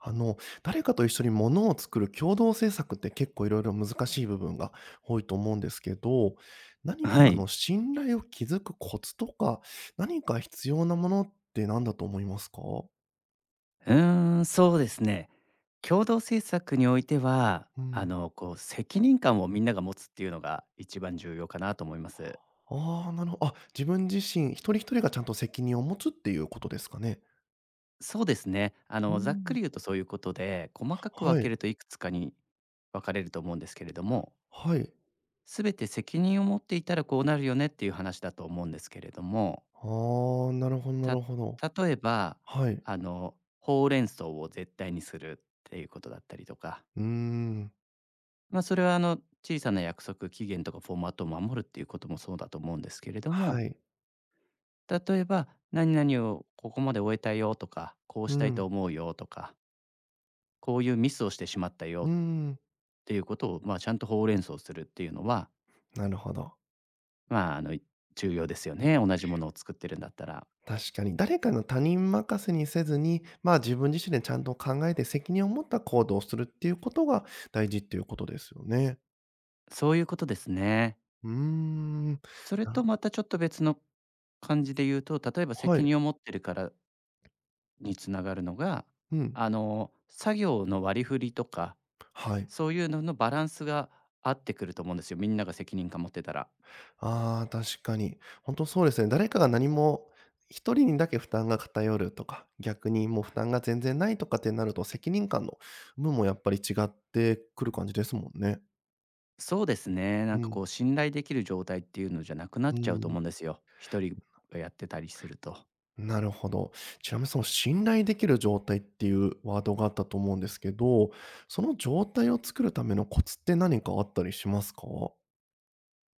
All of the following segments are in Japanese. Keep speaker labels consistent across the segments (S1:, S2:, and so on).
S1: あの、誰かと一緒に物を作る共同制作って結構いろいろ難しい部分が多いと思うんですけど、何
S2: は
S1: か
S2: い。
S1: 信頼を築くコツとか、何か必要なものって何だと思いますか？
S2: うーん、そうですね。共同政策においては、
S1: うん。
S2: こう、責任感をみんなが持つっていうのが一番重要かなと思います。
S1: ああ、なるほど、あ、自分自身一人一人がちゃんと責任を持つっていうことですかね？
S2: そうですね。
S1: う
S2: ざっく
S1: ん、
S2: り言うとそういうことで、細かく分
S1: は
S2: け
S1: い、
S2: るといくつかに分かれると思うんですけれども、
S1: はい。
S2: すべて責任を持っていたらこうなるよねっていう話だと思うんですけれども、
S1: ああ、なるほどな
S2: た
S1: るほど。
S2: 例えば、
S1: はい。
S2: ほうれん草を絶対にするっていうことだったりとか、
S1: うーん。
S2: まあ、それは小さな約束、期限とかフォーマットを守るっていうこともそうだと思うんですけれど
S1: は
S2: も、
S1: い。
S2: 例えば「何々をここまで終えたよ」とか「こう
S1: う
S2: したい
S1: ん、
S2: と思うよ」とか「こういうミスをしてしまったよ」
S1: う
S2: っ
S1: ん、
S2: ていうことを、まあ、ちゃんとほうれん草するっていうのは、
S1: なるほど。
S2: まあ、重要ですよね、同じものを作ってるんだったら。
S1: 確かに。誰かの他人任せにせずに、まあ、自分自身でちゃんと考えて責任を持った行動をするっていうことが大事っていうことですよね。
S2: そういうことですね。
S1: うーん。
S2: それと
S1: な
S2: またちょっと別の感じで言うと、例えば
S1: は
S2: 責
S1: い。
S2: 任を持ってるからに繋がるのが、
S1: うん。
S2: 作業の割り振りとか
S1: はい。
S2: そういうののバランスが合ってくると思うんですよ、みんなが責任感持ってたら。
S1: ああ、確かに。本当そうですね。誰かが何も一人にだけ負担が偏るとか、逆にもう負担が全然ないとかってなると、責任感の有無もやっぱり違ってくる感じですもんね。
S2: そうですね、なん
S1: う
S2: かこ
S1: ん。
S2: う信頼できる状態っていうのじゃなくなっ
S1: う
S2: ちゃうと思
S1: ん、
S2: うんですよ。一人がやってたりすると。
S1: なるほど。ちなみに、その信頼できる状態っていうワードがあったと思うんですけど、その状態を作るためのコツって何かあったりしますか？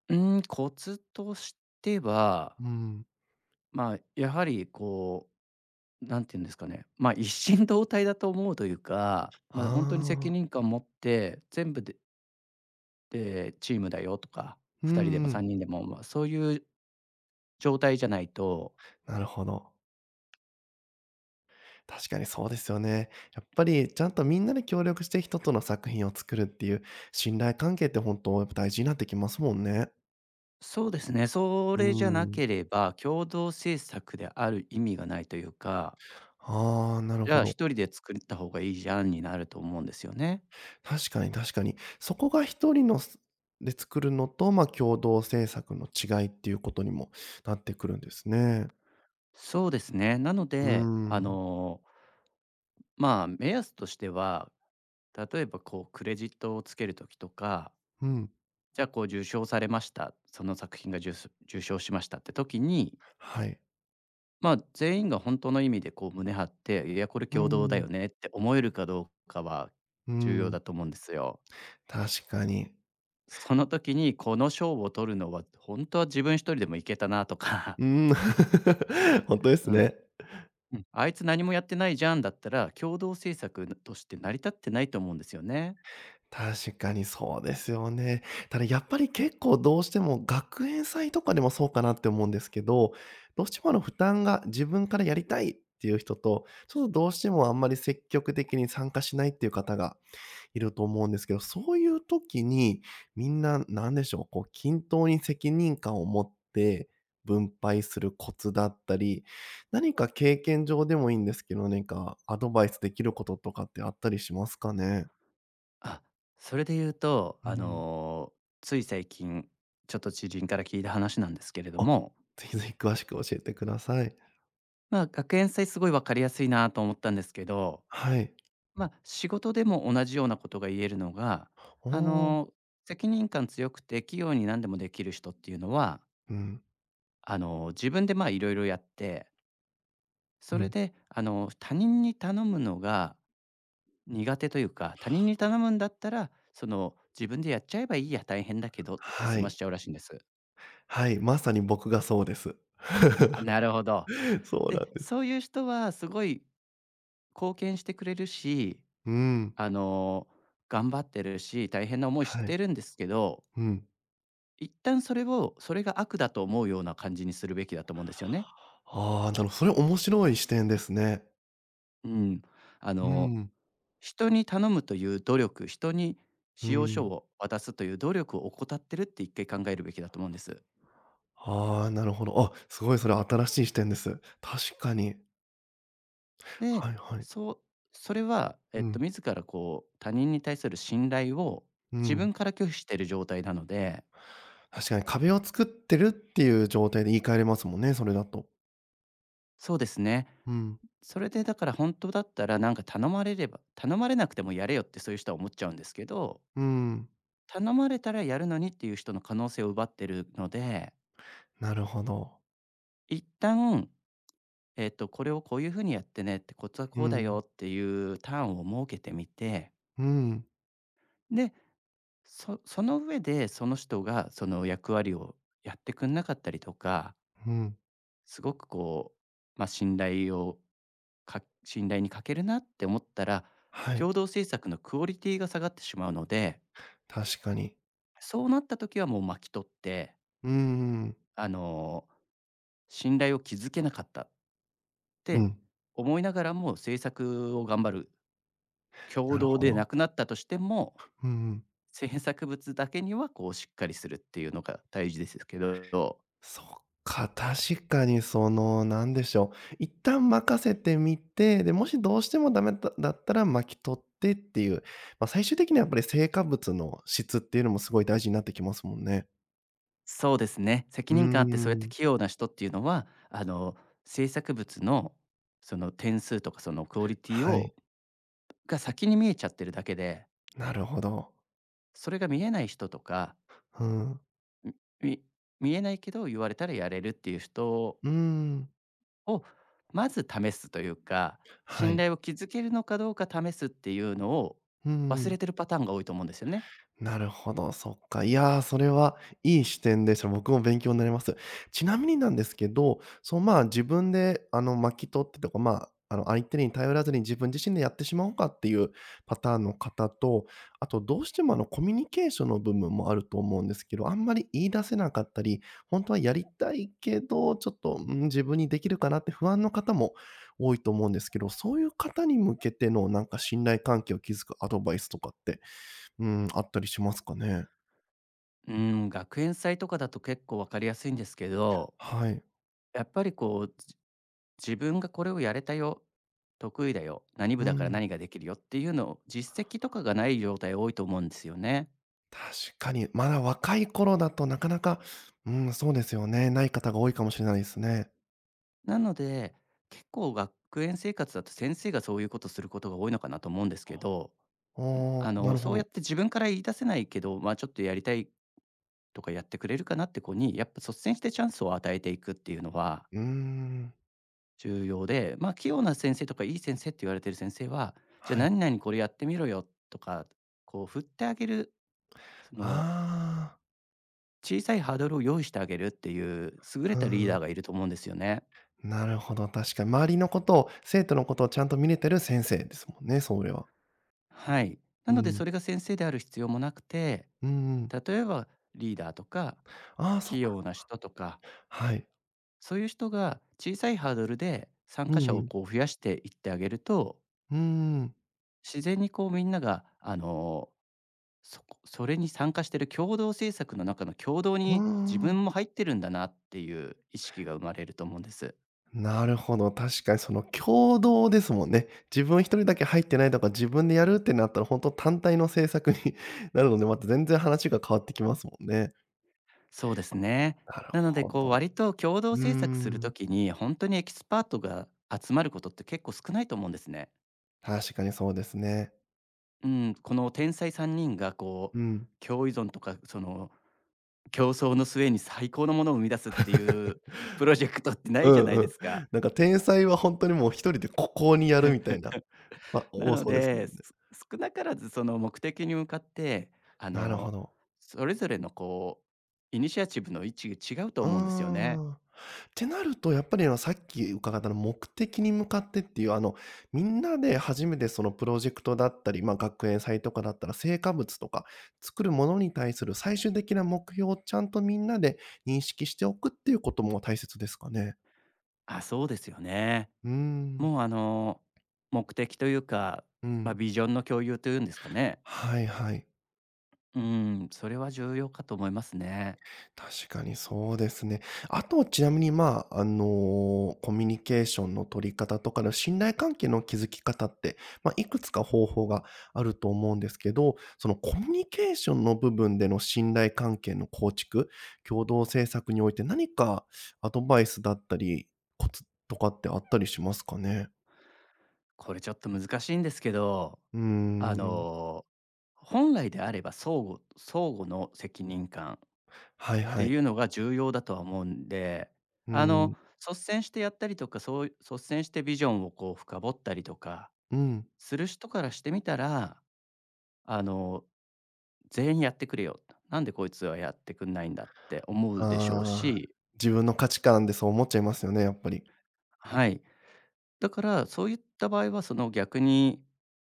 S2: うーん、コツとしては、
S1: うん。
S2: まあ、やはりこう、なんていうんですかね、まあ、一心同体だと思うというか、
S1: あ
S2: まあ、本当に責
S1: あ、
S2: 任感を持って、全部でチームだよとか、
S1: うん
S2: 二人でも
S1: うん。
S2: 三人でも、まあ、そういう状態じゃないと。
S1: なるほど。確かにそうですよね。やっぱりちゃんとみんなで協力して一つの作品を作るっていう信頼関係って本当やっぱ大事になってきますもんね。
S2: そうですね。そ
S1: う
S2: れじゃな
S1: ん。
S2: ければ、共同政策である意味がないというか、
S1: ああ、なる
S2: じゃ
S1: ほ
S2: あ
S1: ど。
S2: 一人で作った方がいいじゃんになると思うんですよね。
S1: 確かに確かに。そこが一人で作るのと、まあ、共同制作の違いっていうことにもなってくるんですね。
S2: そうですね。なの
S1: うー
S2: で、
S1: ん。
S2: まあ、目安としては、例えばこうクレジットをつける時とか、
S1: うん。
S2: じゃあこう受賞されました、その作品が受賞しましたって時に、
S1: はい。
S2: まあ、全員が本当の意味でこう胸張って、いやこれ
S1: う
S2: 共同だ
S1: ーん。
S2: よねって思えるかどうかは
S1: うー
S2: 重要だ
S1: ん。
S2: と思うんですよ。
S1: 確かに。
S2: その時にこの賞を取るのは、本当は自分一人でもいけたなとか、
S1: うーん。本当で す
S2: うん、
S1: ね。
S2: うん、あいつ何もやってないじゃんだったら、共同制作として成り立ってないと思うんですよね。
S1: 確かにそうですよね。ただ、やっぱり結構どうしても学園祭とかでもそうかなって思うんですけど、どうしても負担が自分からやりたいっていう人と、ちょっとどうしてもあんまり積極的に参加しないっていう方がいると思うんですけど、そういう時に、みんな何でしょう、こう均等に責任感を持って分配するコツだったり、何か経験上でもいいんですけど、何かアドバイスできることとかってあったりしますかね？
S2: あ、それで言うと、
S1: うん。
S2: つい最近、ちょっと知人から聞いた話なんですけれど
S1: あ、
S2: も、
S1: ぜひぜひ詳しく教えてください。
S2: まあ、学園祭すごい分かりやすいなと思ったんですけど、
S1: はい。
S2: ま、仕事でも同じようなことが言えるのが、
S1: お、
S2: あ
S1: お。
S2: の、責任感強くて器用に何でもできる人っていうのは
S1: うん、
S2: 自分でまあ、いろいろやって、
S1: う
S2: それ
S1: ん。
S2: で他人に頼むのが苦手というか、他人に頼むんだったら、その、自分でやっちゃえばいいや、大変だけどって済
S1: は
S2: まし
S1: い。
S2: ちゃうらしいんです。
S1: はい、まさに僕がそうです。
S2: あ、なるほど。
S1: そうな
S2: で、
S1: んです。
S2: そういう人はすごい貢献してくれるし、
S1: うん。
S2: あの、頑張ってるし、大変な思いし
S1: はい。
S2: てるんですけど、
S1: うん。
S2: 一旦それが悪だと思うような感じにするべきだと思うんですよね。
S1: ああ、なるほど、それ面白い視点ですね。
S2: うん、あ
S1: う
S2: の、
S1: ん、
S2: 人に頼むという努力、人に
S1: う
S2: 使用書
S1: ん。
S2: を渡すという努力を怠ってるって一回考えるべきだと思うんです。
S1: ああ、なるほど。あ、すごいそれ新しい視点です。確かに。
S2: で、
S1: はいはい。
S2: そうそれは、え
S1: う
S2: っと、
S1: ん、
S2: 自らこう他人に対する信頼を
S1: う
S2: 自
S1: ん。
S2: 分から拒否している状態なので、
S1: 確かに壁を作ってるっていう状態で言い換えれますもんね、それだと。
S2: そうですね。
S1: うん、
S2: それでだから本当だったらなんか頼まれれば頼まれなくてもやれよってそういう人は思っちゃうんですけど、
S1: うん。
S2: 頼まれたらやるのにっていう人の可能性を奪ってるので、
S1: なるほど。
S2: 一旦えっと、これをこういうふうにやってねって、コツは
S1: う
S2: こうだ
S1: ん、
S2: よっていうターンを設けてみて、
S1: うん、
S2: で、その上でその人がその役割をやってくんなかったりとか、
S1: うん。
S2: すごくこう、まあ、信頼に欠けるなって思ったら、
S1: はい、
S2: 共同制作のクオリティが下がってしまうので、
S1: 確かに。
S2: そうなった時はもう巻き取って、
S1: うんうんうん。
S2: あの、信頼を築けなかったっ
S1: う
S2: て
S1: ん、
S2: 思いながらも、制作を頑張る。共
S1: なる
S2: 同
S1: ほ
S2: で
S1: ど。
S2: なくなったとしても
S1: うんうん。
S2: 制作物だけにはこうしっかりするっていうのが大事ですけど、
S1: そっか、確かにその、なんでしょう、一旦任せてみて、で、もしどうしてもダメだったら巻き取ってっていう、まあ、最終的にはやっぱり成果物の質っていうのもすごい大事になってきますもんね。
S2: そうですね、
S1: う
S2: 責
S1: ー
S2: 任感あってそうやって
S1: ん。
S2: 器用な人っていうのは、制作物のその点数とかそのクオリティ
S1: はい。
S2: をが先に見えちゃってるだけで、
S1: なるほど。
S2: それが見えない人とか、
S1: うん。
S2: みみ見えないけど言われたらやれるっていう人
S1: うーん。
S2: をまず試すというか、
S1: は
S2: 信
S1: い。
S2: 頼を築けるのかどうか試すっていうのを
S1: うんう
S2: 忘
S1: ん、
S2: れてるパターンが多いと思うんですよね。
S1: なるほど、そっか。いやー、それはいい視点でした。僕も勉強になります。ちなみになんですけど、その、まあ、自分で、あの、巻き取ってとか、まあ、あの、相手に頼らずに自分自身でやってしまおうかっていうパターンの方と、あとどうしても、あの、コミュニケーションの部分もあると思うんですけど、あんまり言い出せなかったり、本当はやりたいけど、ちょっと、うん、自分にできるかなって不安の方も多いと思うんですけど、そういう方に向けての、なんか信頼関係を築くアドバイスとかって、うん、あったりしますかね。
S2: うーん、学園祭とかだと結構わかりやすいんですけど、
S1: はい。
S2: やっぱりこう、自分がこれをやれたよ、得意だよ、何
S1: う
S2: 部だから
S1: ん。
S2: 何ができるよっていうのを実績とかがない状態多いと思うんですよね。
S1: 確かに、まだ若い頃だとなかなか、うん、そうですよね。ない方が多いかもしれないですね。
S2: なので、結構学園生活だと先生がそういうことすることが多いのかなと思うんですけど、
S1: お、ーなるほ
S2: そうやっ
S1: ど。
S2: て自分から言い出せないけど、まあちょっとやりたいとかやってくれるかなって子に、やっぱ率先してチャンスを与えていくっていうのは
S1: うーん。
S2: 重要で、まあ、器用な先生とかいい先生って言われてる先生は、じゃあ
S1: はい。
S2: 何々これやってみろよとか、こう振ってあげる、その
S1: あ
S2: 小さいハードルを用意してあげるっていう優れ
S1: あ、う
S2: たリーダ
S1: ん。
S2: ーがいると思うんですよね。
S1: なるほど、確かに。周りのことを、生徒のことをちゃんと見れてる先生ですもんね、それは。
S2: はい。な
S1: う
S2: のでそ
S1: ん。
S2: れが先生である必要もなくて、
S1: うんうんん、
S2: 例えばリーダーとか
S1: ああ、そ
S2: 器
S1: っか。
S2: 用な人とか、
S1: はい。
S2: そういう人が小さいハードルで参
S1: う
S2: 加者を
S1: ん。
S2: こう増やしていってあげると、
S1: うーん。
S2: 自然にこうみんながそれに参加してる共同制作の中の共同
S1: うー
S2: に自
S1: ん。
S2: 分も入ってるんだなっていう意識が生まれると思うんです。
S1: なるほど、確かにその共同ですもんね。自分一人だけ入ってないとか、自分でやるってなったら、本当単体の政策に なるので、また全然話が変わってきますもんね。
S2: そうですね。
S1: なる
S2: なので
S1: ほ
S2: こう
S1: ど。
S2: 割と共
S1: う
S2: 同
S1: ー
S2: 制作する
S1: ん、
S2: ときに本当にエキスパートが集まることって結構少ないと思うんですね。
S1: 確かにそうですね。
S2: うん、この天才3人がこ
S1: うん。
S2: う共依存とかその競争の末に最高のものを生み出すってい うプロジェクトってな
S1: う
S2: いじゃ
S1: ん
S2: ない
S1: う
S2: で
S1: ん。
S2: すか。
S1: なんか天才は本当にもう一人でここにやるみたいな、まあ、
S2: な
S1: 多
S2: の
S1: そうですもん
S2: で、
S1: ね。
S2: 少なからずその目的に向かって、あ
S1: なるほ
S2: の、
S1: ど。
S2: それぞれのイニシアチブの位置が違うと
S1: うー
S2: 思うんですよね。
S1: ん。ってなると、やっぱりさっき伺ったの目的に向かってっていう、あの、みんなで初めてそのプロジェクトだったり、ま、学園祭とかだったら成果物とか、作るものに対する最終的な目標をちゃんとみんなで認識しておくっていうことも大切ですかね。
S2: あ、そうですよね。
S1: うーん、
S2: もう目的というか、
S1: う
S2: まあ、
S1: ん。
S2: ビジョンの共有というんですかね。
S1: はいはい。
S2: うん、それは重要かと思いますね。
S1: 確かにそうですね。あと、ちなみに、まあ、コミュニケーションの取り方とかの信頼関係の築き方って、まあ、いくつか方法があると思うんですけど、そのコミュニケーションの部分での信頼関係の構築、共同政策において何かアドバイスだったり、コツとかってあったりしますかね？
S2: これちょっと難しいんですけど、
S1: うー
S2: あ
S1: ん。
S2: の、本来であれば相互の責任感
S1: はい
S2: て
S1: はい。
S2: いうのが重要だとは思うんで、
S1: う
S2: あの、
S1: ん。
S2: 率先してやったりとか、そう率先してビジョンをこう深掘ったりとか
S1: うん。
S2: する人からしてみたら、あの、全員やってくれよなんでこいつはやってくんないんだって思うでしょう
S1: ああ、
S2: し。
S1: 自分の価値観でそう思っちゃいますよね、やっぱり。
S2: はい。だから、そういった場合は、その逆に、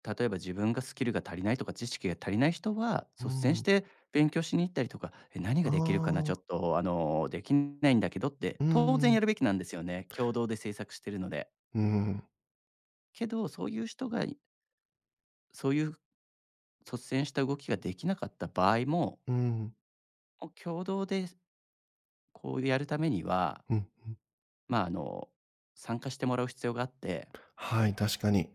S2: 例えば自分がスキルが足りないとか、知識が足りない人は、
S1: う
S2: 率先し
S1: ん。
S2: て勉強しに行ったりとか、何が
S1: あ
S2: できるかな、ちょっ
S1: あ。
S2: とあの、できないんだけどって、
S1: うー
S2: 当然
S1: ん、
S2: やるべきなんですよね。共同で制作してるので。
S1: うん、
S2: けど、そういう人が、そういう率先した動きができなかった場合も、
S1: うん、
S2: もう共同でこうやるためには、
S1: うん。
S2: まあ、あの、参加してもらう必要があって、
S1: はい、確かに。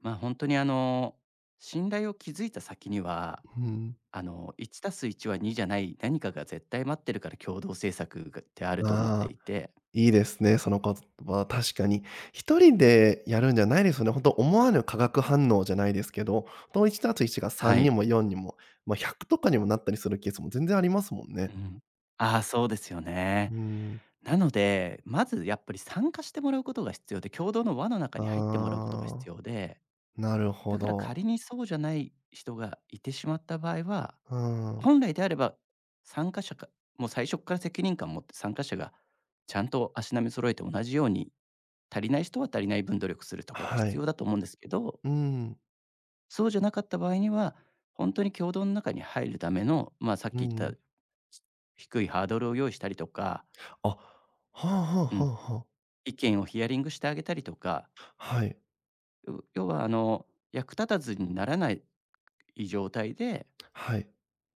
S2: まあ、本当にあの、信頼を築いた先には
S1: うん。
S2: あの、す1は2じゃない何かが絶対待ってるから共同政策がってあると思って
S1: ああ、
S2: いて。
S1: いいですね、その言葉、確かに。一人でやるんじゃないですよね。ほんと思わぬ化学反応じゃないですけど、ほんと 1+1 が
S2: は
S1: 3に
S2: い。
S1: も4にも、ま、100とかにもなったりするケースも全然ありますもんね。
S2: うん。ああ、そうですよね。
S1: うーん。
S2: なので、まずやっぱり参加してもらうことが必要で、共同の輪の中
S1: あ
S2: に入ってもらうことが必
S1: あ、
S2: 要で、
S1: なるほ
S2: だから
S1: ど。
S2: 仮にそうじゃない人がいてしまった場合は、
S1: うーん。
S2: 本来であれば参加者かもう最初から責任感を持って参加者がちゃんと足並み揃えて同じように、足りない人は足りない分努力するとかが
S1: は
S2: 必要
S1: い。
S2: だと思うんですけど、
S1: うん、
S2: そうじゃなかった場合には、本当に共同の中に入るための、まあ、さっ
S1: う
S2: き言った、
S1: ん。
S2: 低いハードルを用意したりとか、
S1: あ、はあはあ
S2: う
S1: は
S2: ん、
S1: あはあ。
S2: 意見をヒアリングしてあげたりとか、
S1: はい、
S2: 要は役立たずにならない状態で、
S1: はい。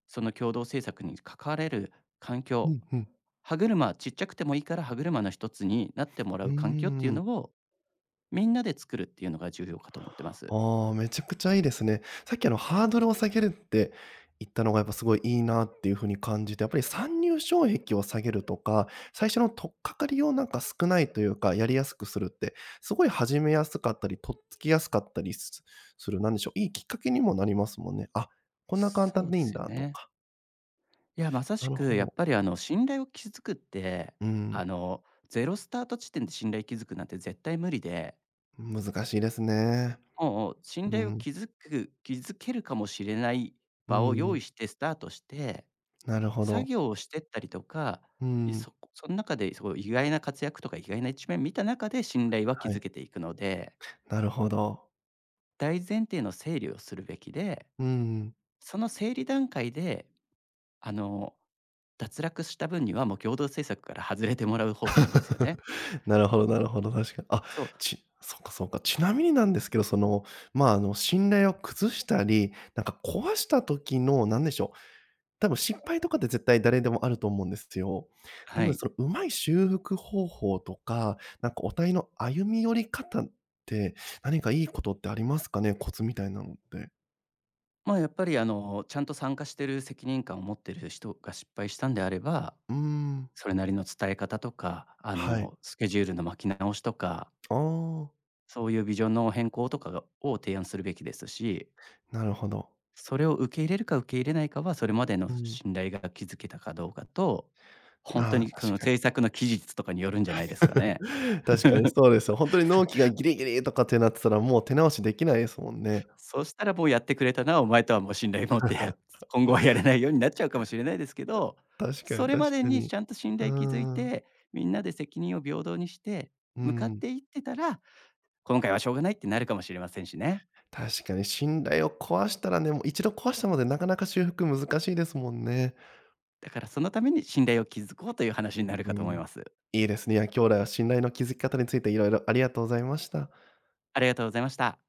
S2: その共同政策に関われる環
S1: う
S2: 境、
S1: ん、ふん。
S2: 歯車、ちっちゃくてもいいから歯車の一つになってもら
S1: う
S2: う
S1: ー
S2: 環境っていうの
S1: ん。
S2: を、みんなで作るっていうのが重要かと思ってます。
S1: ああ、めちゃくちゃいいですね。さっきハードルを下げるって言ったのがやっぱすごいいいなっていう風に感じて、やっぱり参入障壁を下げるとか、最初の取っかかりをなんか少ないというか、やりやすくするって、すごい始めやすかったり、とっつきやすかったりする、なんでしょう、いいきっかけにもなりますもんね。あ、こんな簡
S2: そ
S1: 単
S2: う
S1: で
S2: で
S1: いいん
S2: すよ
S1: だと
S2: ね。
S1: か。
S2: いや、まさし
S1: なる
S2: く
S1: ほ
S2: やっ
S1: ど。
S2: ぱり信頼を築くって、
S1: う
S2: あ
S1: ん、
S2: のゼロスタート地点で信頼築くなんて絶対無理で、
S1: 難しいですね。
S2: もう信
S1: う
S2: 頼を
S1: ん、
S2: 築く築けるかもしれない
S1: う
S2: 場を用
S1: ん、
S2: 意してスタートして、
S1: なるほ
S2: 作
S1: ど。
S2: 業をしてったりとか、
S1: うん、
S2: その中でその意外な活躍とか意外な一面見た中で信頼は
S1: は
S2: 築
S1: い、
S2: けていくので、
S1: なるほど。
S2: 大前提の整理をするべきで、
S1: うんうん。
S2: その整理段階であの脱落した分にはもう共同政策から外れてもらう方がいいんですよね。
S1: なるほどなるほど、確かに。あ、
S2: そう、
S1: そうかそうか。ちなみになんですけど、その、まあ、あの、信頼を崩したり、なんか壊した時の、なんでしょう、多分失敗とかって絶対誰でもあると思うんですよ。な
S2: は
S1: ので、
S2: い。
S1: その、うまい修復方法とか、なんかお互いの歩み寄り方って、何かいいことってありますかね？コツみたいなのって。
S2: ま、やっぱりあの、ちゃんと参加してる責任感を持ってる人が失敗したんであれば、
S1: うーん。
S2: それなりの伝え方とか、あ
S1: はい。
S2: の、スケジュールの巻き直しとか、
S1: ああ、
S2: そういうビジョンの変更とかがを提案するべきですし、
S1: なるほど。
S2: それを受け入れるか受け入れないかは、それまでの
S1: うん。
S2: 信頼が築けたかどうかと、本当
S1: ああ、
S2: にこの
S1: 確か
S2: 制
S1: に。
S2: 作の期日とかによるんじゃないですかね。
S1: 確かに そうですよ。本当に納期がギリギリとかってなってたら、もう手直しできないですもんね。
S2: そしたらもうやってくれたな、お前とはもう信頼持って、や 今後はやれないようになっちゃうかもしれないですけど、
S1: 確か
S2: そ
S1: に
S2: れ
S1: 確
S2: まで
S1: か
S2: にち
S1: に。
S2: ゃんと信
S1: うー
S2: 頼築い
S1: ん。
S2: て、みんなで責任を平等にして、
S1: う
S2: 向かっ
S1: ん。
S2: ていってたら、今回はしょうがないってなるかもしれませんしね。
S1: 確かに信頼を壊したらね、もう一度壊したのでなかなか修復難しいですもんね。
S2: だからそのために信頼を築こうという話になるかと
S1: う
S2: 思い
S1: ん。
S2: ます。
S1: いいですね。いや、兄弟は信頼の築き方についていろいろありがとうございました。
S2: ありがとうございました。